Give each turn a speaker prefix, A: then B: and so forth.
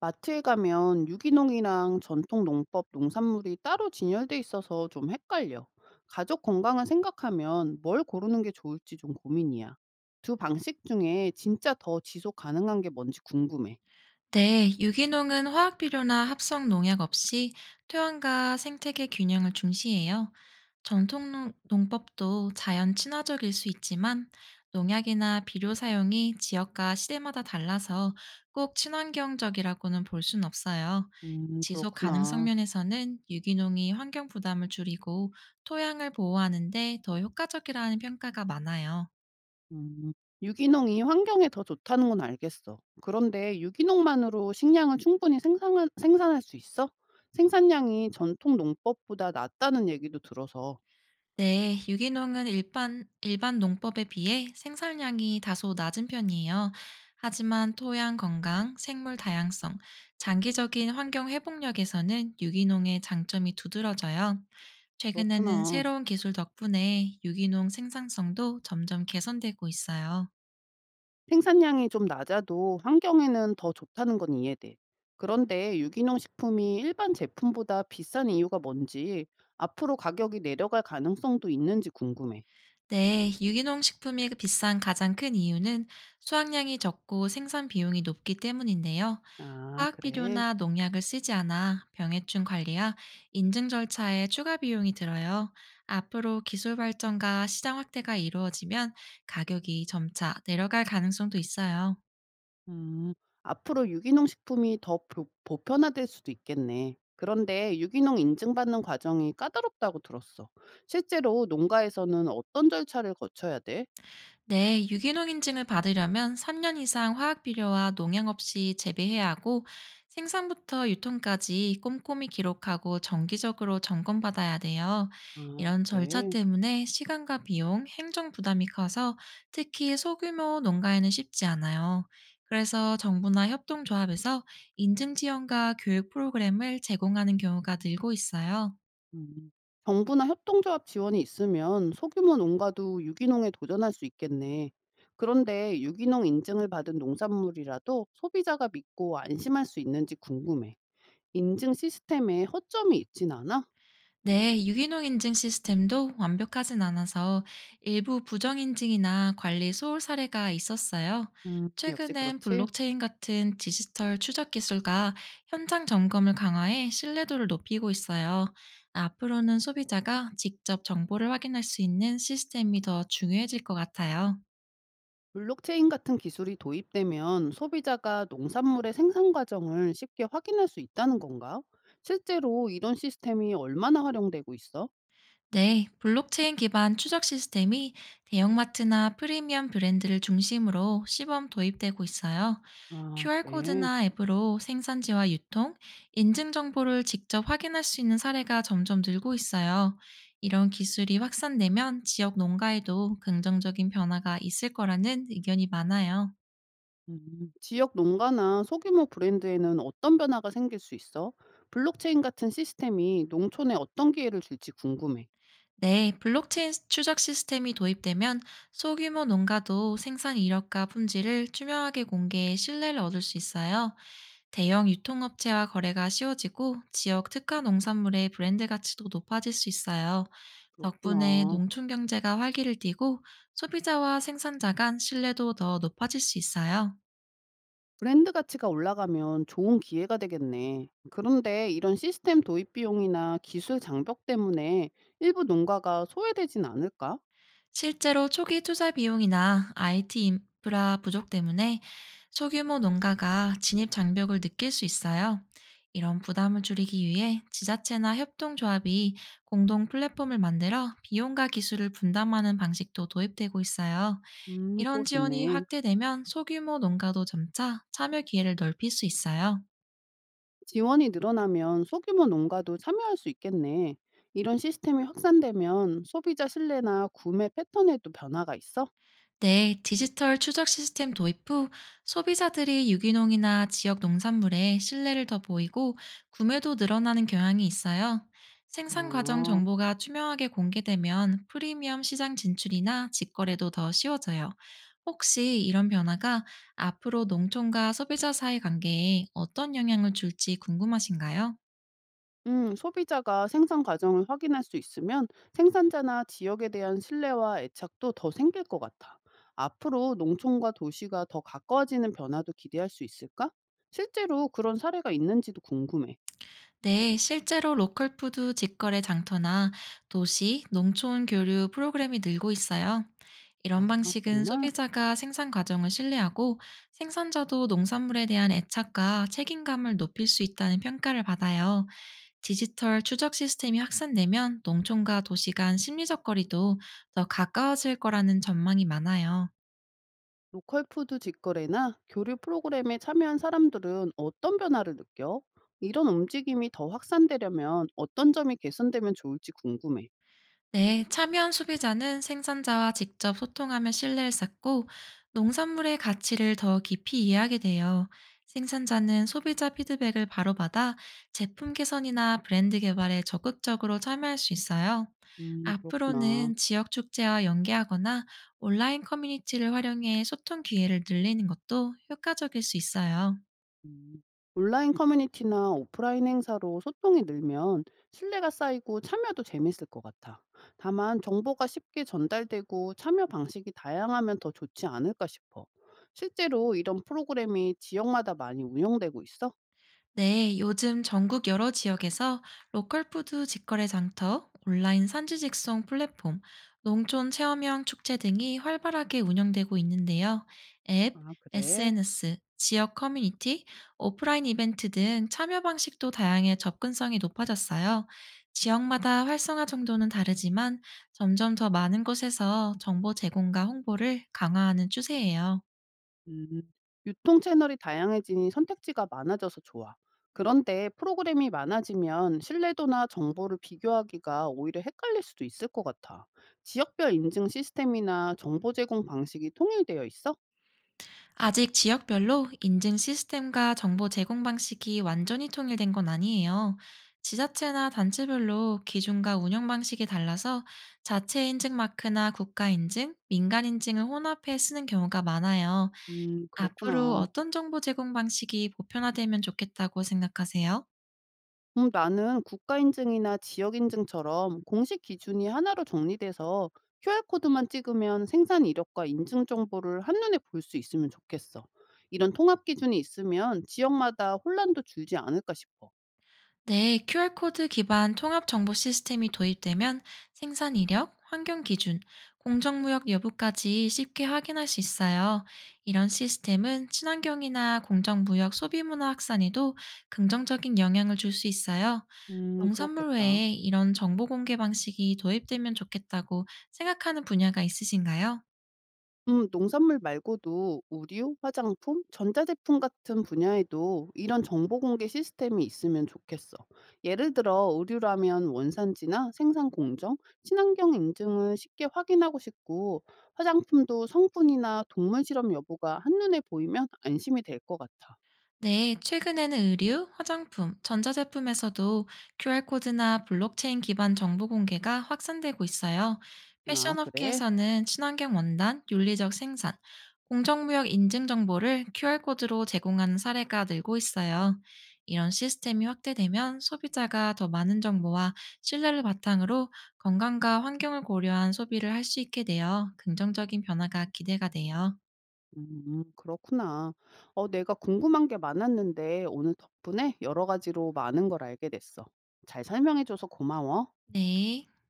A: 마트에 가면 유기농이랑 전통 농법 농산물이 따로 진열돼 있어서 좀 헷갈려. 가족 건강을 생각하면 뭘 고르는 게 좋을지 좀 고민이야. 두 방식 중에 진짜 더 지속 가능한 게 뭔지 궁금해.
B: 네, 유기농은 화학 비료나 합성 농약 없이 토양과 생태계 균형을 중시해요. 농법도 자연 친화적일 수 있지만 농약이나 비료 사용이 지역과 시대마다 달라서 꼭 친환경적이라고는 볼 순 없어요. 지속 가능성
A: 그렇구나.
B: 면에서는 유기농이 환경 부담을 줄이고 토양을 보호하는데 더 효과적이라는 평가가 많아요.
A: 음, 유기농이 환경에 더 좋다는 건 알겠어. 그런데 유기농만으로 식량을 충분히 생산할 수 있어? 생산량이 전통 농법보다 낮다는 얘기도 들어서.
B: 네, 유기농은 일반 농법에 비해 생산량이 다소 낮은 편이에요. 하지만 토양 건강, 생물 다양성, 장기적인 환경 회복력에서는 유기농의 장점이 두드러져요. 최근에는
A: 그렇구나.
B: 새로운 기술 덕분에 유기농 생산성도 점점 개선되고 있어요.
A: 생산량이 좀 낮아도 환경에는 더 좋다는 건 이해돼. 그런데 유기농 식품이 일반 제품보다 비싼 이유가 뭔지, 앞으로 가격이 내려갈 가능성도 있는지 궁금해.
B: 네, 유기농 식품이 비싼 가장 큰 이유는 수확량이 적고 생산 비용이 높기 때문인데요.
A: 아,
B: 화학
A: 그래.
B: 비료나 농약을 쓰지 않아 병해충 관리와 인증 절차에 추가 비용이 들어요. 앞으로 기술 발전과 시장 확대가 이루어지면 가격이 점차 내려갈 가능성도 있어요.
A: 음, 앞으로 유기농 식품이 더 보편화될 수도 있겠네. 그런데 유기농 인증받는 과정이 까다롭다고 들었어. 실제로 농가에서는 어떤 절차를 거쳐야 돼?
B: 네, 유기농 인증을 받으려면 3년 이상 화학 비료와 농약 없이 재배해야 하고 생산부터 유통까지 꼼꼼히 기록하고 정기적으로 점검받아야 돼요.
A: 아,
B: 이런 절차
A: 그래.
B: 때문에 시간과 비용, 행정 부담이 커서 특히 소규모 농가에는 쉽지 않아요. 그래서 정부나 협동조합에서 인증 지원과 교육 프로그램을 제공하는 경우가 늘고 있어요.
A: 음. 정부나 협동조합 지원이 있으면 소규모 농가도 유기농에 도전할 수 있겠네. 그런데 유기농 인증을 받은 농산물이라도 소비자가 믿고 안심할 수 있는지 궁금해. 인증 시스템에 허점이 있진 않아?
B: 네, 유기농 인증 시스템도 완벽하진 않아서 일부 부정 인증이나 관리 소홀 사례가 있었어요.
A: 역시
B: 최근엔
A: 그렇지.
B: 블록체인 같은 디지털 추적 기술과 현장 점검을 강화해 신뢰도를 높이고 있어요. 앞으로는 소비자가 직접 정보를 확인할 수 있는 시스템이 더 중요해질 것 같아요.
A: 블록체인 같은 기술이 도입되면 소비자가 농산물의 생산 과정을 쉽게 확인할 수 있다는 건가? 실제로 이런 시스템이 얼마나 활용되고 있어?
B: 네, 블록체인 기반 추적 시스템이 대형마트나 프리미엄 브랜드를 중심으로 시범 도입되고 있어요.
A: 아, 그래.
B: QR코드나 앱으로 생산지와 유통, 인증 정보를 직접 확인할 수 있는 사례가 점점 늘고 있어요. 이런 기술이 확산되면 지역 농가에도 긍정적인 변화가 있을 거라는 의견이 많아요.
A: 지역 농가나 소규모 브랜드에는 어떤 변화가 생길 수 있어? 블록체인 같은 시스템이 농촌에 어떤 기회를 줄지 궁금해.
B: 네, 블록체인 추적 시스템이 도입되면 소규모 농가도 생산 이력과 품질을 투명하게 공개해 신뢰를 얻을 수 있어요. 대형 유통업체와 거래가 쉬워지고 지역 특화 농산물의 브랜드 가치도 높아질 수 있어요. 덕분에
A: 그렇구나.
B: 농촌 경제가 활기를 띠고 소비자와 생산자 간 신뢰도 더 높아질 수 있어요.
A: 브랜드 가치가 올라가면 좋은 기회가 되겠네. 그런데 이런 시스템 도입 비용이나 기술 장벽 때문에 일부 농가가 소외되진 않을까?
B: 실제로 초기 투자 비용이나 IT 인프라 부족 때문에 소규모 농가가 진입 장벽을 느낄 수 있어요. 이런 부담을 줄이기 위해 지자체나 협동조합이 공동 플랫폼을 만들어 비용과 기술을 분담하는 방식도 도입되고 있어요.
A: 그거
B: 이런 지원이
A: 좋네.
B: 확대되면 소규모 농가도 점차 참여 기회를 넓힐 수 있어요.
A: 지원이 늘어나면 소규모 농가도 참여할 수 있겠네. 이런 시스템이 확산되면 소비자 신뢰나 구매 패턴에도 변화가 있어?
B: 네, 디지털 추적 시스템 도입 후 소비자들이 유기농이나 지역 농산물에 신뢰를 더 보이고 구매도 늘어나는 경향이 있어요. 생산 과정
A: 아,
B: 정보가 투명하게 공개되면 프리미엄 시장 진출이나 직거래도 더 쉬워져요. 혹시 이런 변화가 앞으로 농촌과 소비자 사이 관계에 어떤 영향을 줄지 궁금하신가요?
A: 소비자가 생산 과정을 확인할 수 있으면 생산자나 지역에 대한 신뢰와 애착도 더 생길 것 같아. 앞으로 농촌과 도시가 더 가까워지는 변화도 기대할 수 있을까? 실제로 그런 사례가 있는지도 궁금해.
B: 네, 실제로 로컬 푸드 직거래 장터나 도시, 농촌 교류 프로그램이 늘고 있어요.
A: 아,
B: 이런 방식은
A: 정말?
B: 소비자가 생산 과정을 신뢰하고 생산자도 농산물에 대한 애착과 책임감을 높일 수 있다는 평가를 받아요. 디지털 추적 시스템이 확산되면 농촌과 도시 간 심리적 거리도 더 가까워질 거라는 전망이 많아요.
A: 로컬 푸드 직거래나 교류 프로그램에 참여한 사람들은 어떤 변화를 느껴? 이런 움직임이 더 확산되려면 어떤 점이 개선되면 좋을지 궁금해.
B: 네, 참여한 소비자는 생산자와 직접 소통하며 신뢰를 쌓고 농산물의 가치를 더 깊이 이해하게 돼요. 생산자는 소비자 피드백을 바로받아 제품 개선이나 브랜드 개발에 적극적으로 참여할 수 있어요.
A: 그렇구나.
B: 앞으로는 지역 축제와 연계하거나 온라인 커뮤니티를 활용해 소통 기회를 늘리는 것도 효과적일 수 있어요.
A: 음. 온라인 커뮤니티나 오프라인 행사로 소통이 늘면 신뢰가 쌓이고 참여도 재밌을 것 같아. 다만 정보가 쉽게 전달되고 참여 방식이 다양하면 더 좋지 않을까 싶어. 실제로 이런 프로그램이 지역마다 많이 운영되고 있어?
B: 네, 요즘 전국 여러 지역에서 로컬 푸드 직거래 장터, 온라인 산지 직송 플랫폼, 농촌 체험형 축제 등이 활발하게 운영되고 있는데요. 앱,
A: 아, 그래.
B: SNS, 지역 커뮤니티, 오프라인 이벤트 등 참여 방식도 다양해 접근성이 높아졌어요. 지역마다 활성화 정도는 다르지만 점점 더 많은 곳에서 정보 제공과 홍보를 강화하는 추세예요.
A: 음, 유통 채널이 다양해지니 선택지가 많아져서 좋아. 그런데 프로그램이 많아지면 신뢰도나 정보를 비교하기가 오히려 헷갈릴 수도 있을 것 같아. 지역별 인증 시스템이나 정보 제공 방식이 통일되어 있어?
B: 아직 지역별로 인증 시스템과 정보 제공 방식이 완전히 통일된 건 아니에요. 지자체나 단체별로 기준과 운영 방식이 달라서 자체 인증 마크나 국가 인증, 민간 인증을 혼합해 쓰는 경우가 많아요. 앞으로
A: 그렇구나.
B: 어떤 정보 제공 방식이 보편화되면 좋겠다고 생각하세요?
A: 나는 국가인증이나 지역인증처럼 공식 기준이 하나로 정리돼서 QR코드만 찍으면 생산 이력과 인증 정보를 한눈에 볼 수 있으면 좋겠어. 이런 통합 기준이 있으면 지역마다 혼란도 줄지 않을까 싶어.
B: 네, QR코드 기반 통합 정보 시스템이 도입되면 생산 이력, 환경 기준, 공정무역 여부까지 쉽게 확인할 수 있어요. 이런 시스템은 친환경이나 공정무역 소비문화 확산에도 긍정적인 영향을 줄 수 있어요. 농산물
A: 그렇겠다.
B: 외에 이런 정보 공개 방식이 도입되면 좋겠다고 생각하는 분야가 있으신가요?
A: 농산물 말고도 의류, 화장품, 전자제품 같은 분야에도 이런 정보 공개 시스템이 있으면 좋겠어. 예를 들어 의류라면 원산지나 생산 공정, 친환경 인증을 쉽게 확인하고 싶고 화장품도 성분이나 동물 실험 여부가 한눈에 보이면 안심이 될 것 같아.
B: 네, 최근에는 의류, 화장품, 전자제품에서도 QR코드나 블록체인 기반 정보 공개가 확산되고 있어요.
A: 아,
B: 패션
A: 그래?
B: 업계에서는 친환경 원단, 윤리적 생산, 공정무역 인증 정보를 QR코드로 제공하는 사례가 늘고 있어요. 이런 시스템이 확대되면 소비자가 더 많은 정보와 신뢰를 바탕으로 건강과 환경을 고려한 소비를 할 수 있게 되어 긍정적인 변화가 기대가 돼요.
A: 그렇구나. 내가 궁금한 게 많았는데 오늘 덕분에 여러 가지로 많은 걸 알게 됐어. 잘 설명해줘서 고마워.
B: 네.